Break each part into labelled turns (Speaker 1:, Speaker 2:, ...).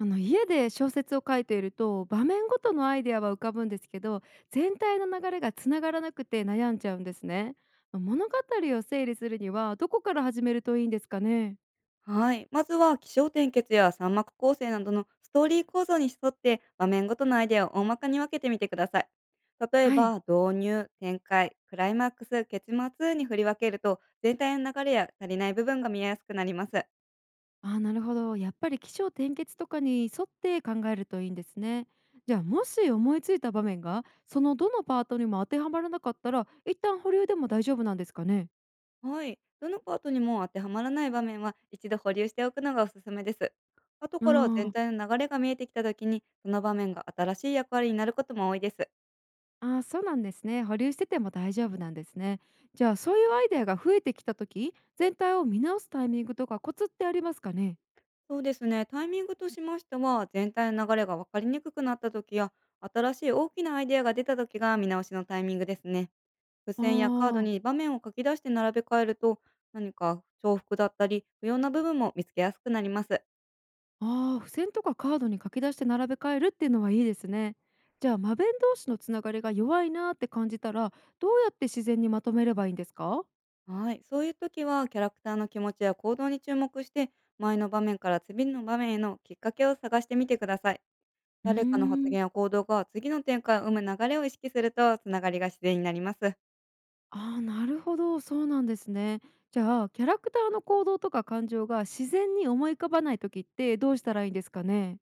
Speaker 1: あの家で小説を書いていると場面ごとのアイデアは浮かぶんですけど、全体の流れがつながらなくて悩んじゃうんですね。物語を整理するにはどこから始めるといいんですかね？
Speaker 2: はい。まずは気象点結や三幕構成などのストーリー構造に沿って場面ごとのアイデアを大まかに分けてみてください。例え
Speaker 1: はい。
Speaker 2: ば、導入、展開、クライマックス、結末に振り分けると、全体の流れや足りない部分が見えやすくなります。
Speaker 1: あー、なるほど。やっぱり起承転結とかに沿って考えるといいんですね。じゃあ、もし思いついた場面がそのどのパートにも当てはまらなかったら、一旦保留でも大丈夫なんですかね？
Speaker 2: はい。どのパートにも当てはまらない場面は、一度保留しておくのがおすすめです。後
Speaker 1: ああ
Speaker 2: から全
Speaker 1: ー。
Speaker 2: 体の流れが見えてきた時に、その場面が新しい役割になることも多いです。
Speaker 1: ああ、そうなんですね。保留してても大丈夫なんですね。じゃあ、そういうアイデアが増えてきた時、全体を見直すタイミングとかコツってありますかね？
Speaker 2: そうですね。タイミングとしましては、全体の流れが分かりにくくなった時や、新しい大きなアイデアが出た時が見直しのタイミングですね。付
Speaker 1: あ
Speaker 2: 箋やカード
Speaker 1: あ。
Speaker 2: に場面を書き出して並べ替えると、何か重複だったり、不要な部分も見つけやすくなります。
Speaker 1: ああ、付箋とかカードに書き出して並べ替えるっていうのはいいですね。じゃあ、間弁同士のつながりが弱いなーって感じたら、どうやって自然にまとめればいいんですか？
Speaker 2: はい。そういう時は、キャラクターの気持ちや行動に注目して、前の場面から次の場面へのきっかけを探してみてください。
Speaker 1: うー
Speaker 2: 誰かの発
Speaker 1: ん。
Speaker 2: 言や行動が次の展開を生む流れを意識すると、つながりが自然になります。
Speaker 1: ああ、なるほど、そうなんですね。じゃあ、キャラクターの行動とか感情が自然に思い浮かばない時ってどうしたらいいんですかね？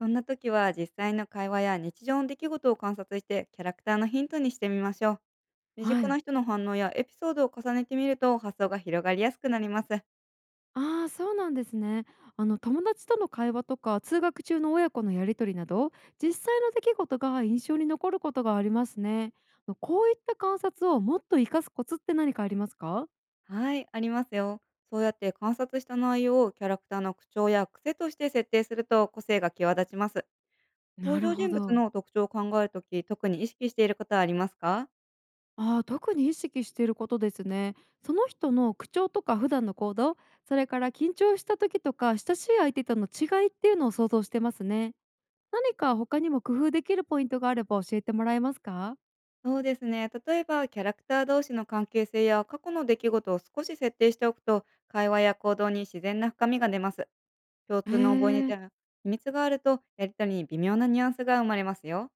Speaker 2: そんな時は、実際の会話や日常の出来事を観察して、キャラクターのヒントにしてみましょう。身
Speaker 1: は
Speaker 2: 近な
Speaker 1: い。
Speaker 2: 人の反応やエピソードを重ねてみると、発想が広がりやすくなります。
Speaker 1: ああ、そうなんですね。あの、友達との会話とか通学中の親子のやり取りなど、実際の出来事が印象に残ることがありますね。こういった観察をもっと活かすコツって何かありますか？
Speaker 2: はい、ありますよ。そうやって観察した内容をキャラクターの口調や癖として設定すると、個性が際立ちます。
Speaker 1: な
Speaker 2: 登
Speaker 1: る
Speaker 2: 場
Speaker 1: ほ
Speaker 2: 人物
Speaker 1: ど。
Speaker 2: の特徴を考えるとき、特に意識していることはありますか？
Speaker 1: ああ、特に意識していることですね。その人の口調とか普段の行動、それから緊張した時とか親しい相手との違いっていうのを想像してますね。何か他にも工夫できるポイントがあれば教えてもらえますか？
Speaker 2: そうですね。例えば、キャラクター同士の関係性や過去の出来事を少し設定しておくと、会話や行動に自然な深みが出ます。共
Speaker 1: へ
Speaker 2: 通の覚えネ
Speaker 1: え。
Speaker 2: タや秘密があると、やり取りに微妙なニュアンスが生まれますよ。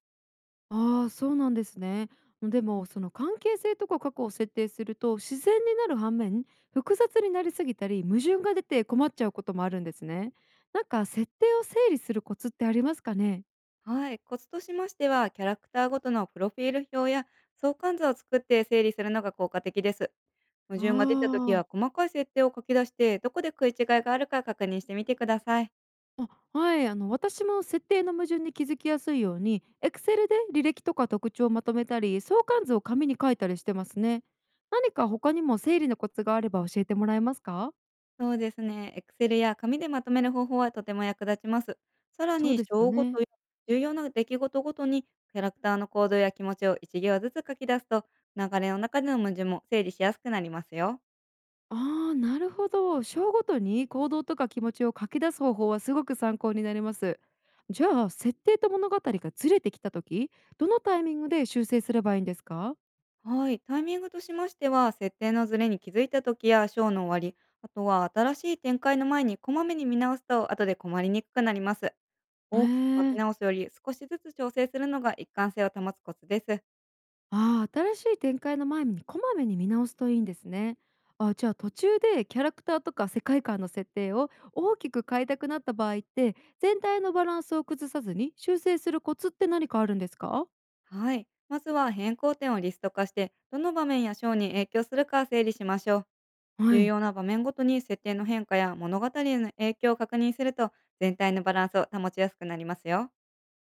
Speaker 1: ああ、そうなんですね。でも、その関係性とか過去を設定すると、自然になる反面、複雑になりすぎたり、矛盾が出て困っちゃうこともあるんですね。なんか設定を整理するコツってありますかね？
Speaker 2: はい、コツとしましては、キャラクターごとのプロフィール表や相関図を作って整理するのが効果的です。矛
Speaker 1: あ
Speaker 2: 盾が出た時は、
Speaker 1: あ。
Speaker 2: 細かい設定を書き出して、どこで食い違いがあるか確認してみてください。
Speaker 1: あ、はい。あの、私も設定の矛盾に気づきやすいように、Excel で履歴とか特徴をまとめたり、相関図を紙に書いたりしてますね。何か他にも整理のコツがあれば教えてもらえますか？
Speaker 2: そうですね、Excel や紙でまとめる方法はとても役立ちます。さら
Speaker 1: そう
Speaker 2: に、
Speaker 1: ですよ
Speaker 2: 章ご
Speaker 1: ね。
Speaker 2: とや重要な出来事ごとにキャラクターの行動や気持ちを一行ずつ書き出すと、流れの中での矛盾も整理しやすくなりますよ。
Speaker 1: ああ、なるほど。章ごとに行動とか気持ちを書き出す方法はすごく参考になります。じゃあ、設定と物語がずれてきた時、どのタイミングで修正すればいいんですか？
Speaker 2: はい、タイミングとしましては、設定のズレに気づいた時やショーの終わり、あとは新しい展開の前にこまめに見直すと、後で困りにくくなります。
Speaker 1: へ
Speaker 2: 大きく書き
Speaker 1: え。
Speaker 2: 直すより、少しずつ調整するのが一貫性を保つコツです。
Speaker 1: ああ、新しい展開の前にこまめに見直すといいんですね。あ、じゃあ途中でキャラクターとか世界観の設定を大きく変えたくなった場合って、全体のバランスを崩さずに修正するコツって何かあるんですか？
Speaker 2: はい、まずは変更点をリスト化して、どの場面やショーに影響するか整理しましょう。
Speaker 1: は
Speaker 2: 重
Speaker 1: い。
Speaker 2: 要な場面ごとに設定の変化や物語への影響を確認すると、全体のバランスを保ちやすくなりますよ。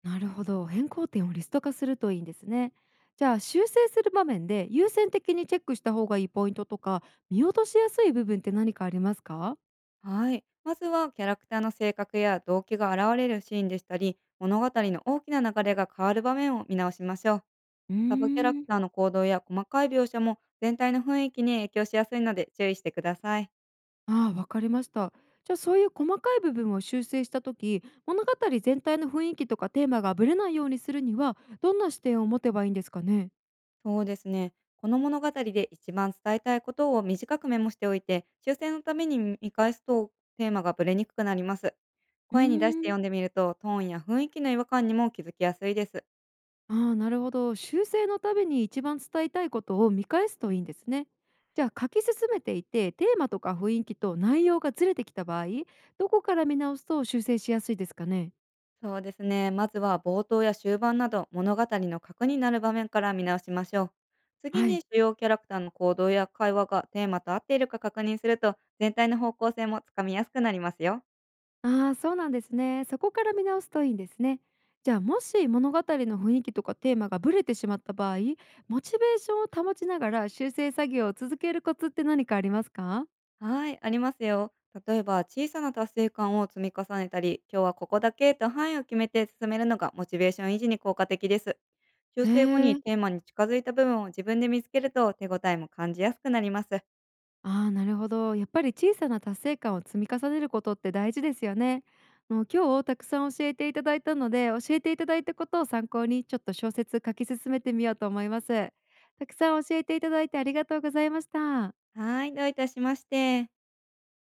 Speaker 1: なるほど。変更点をリスト化するといいんですね。じゃあ修正する場面で優先的にチェックした方がいいポイントとか、見落としやすい部分って何かありますか？
Speaker 2: はい。まずはキャラクターの性格や動機が現れるシーンでしたり、物語の大きな流れが変わる場面を見直しましょう。
Speaker 1: うー
Speaker 2: サブキャラク
Speaker 1: ん。
Speaker 2: ターの行動や細かい描写も全体の雰囲気に影響しやすいので、注意してください。
Speaker 1: ああ、わかりました。じゃあ、そういう細かい部分を修正した時、物語全体の雰囲気とかテーマがぶれないようにするには、どんな視点を持てばいいんですかね？
Speaker 2: そうですね。この物語で一番伝えたいことを短くメモしておいて、修正のために見返すと、テーマがブレにくくなります。
Speaker 1: うー
Speaker 2: 声に出して
Speaker 1: ん。
Speaker 2: 読んでみると、トーンや雰囲気の違和感にも気づきやすいです。
Speaker 1: ああ、なるほど。修正のために一番伝えたいことを見返すといいんですね。じゃあ書き進めていてテーマとか雰囲気と内容がずれてきた場合、どこから見直すと修正しやすいですかね？
Speaker 2: そうですね。まずは冒頭や終盤など、物語の核になる場面から見直しましょう。次
Speaker 1: は
Speaker 2: に、
Speaker 1: い。
Speaker 2: 主要キャラクターの行動や会話がテーマと合っているか確認すると、全体の方向性もつかみやすくなりますよ。
Speaker 1: ああー、そうなんですね。そこから見直すといいんですね。じゃあ、もし物語の雰囲気とかテーマがブレてしまった場合、モチベーションを保ちながら修正作業を続けるコツって何かありますか？
Speaker 2: はい、ありますよ。例えば、小さな達成感を積み重ねたり、今日はここだけと範囲を決めて進めるのがモチベーション維持に効果的です。修
Speaker 1: へ
Speaker 2: 正後に
Speaker 1: え。
Speaker 2: テーマに近づいた部分を自分で見つけると、手応えも感じやすくなります。
Speaker 1: ああ、なるほど。やっぱり小さな達成感を積み重ねることって大事ですよね。もう今日たくさん教えていただいたので、教えていただいたことを参考にちょっと小説書き進めてみようと思います。たくさん教えていただいてありがとうございました。
Speaker 2: はい、どういたしまして。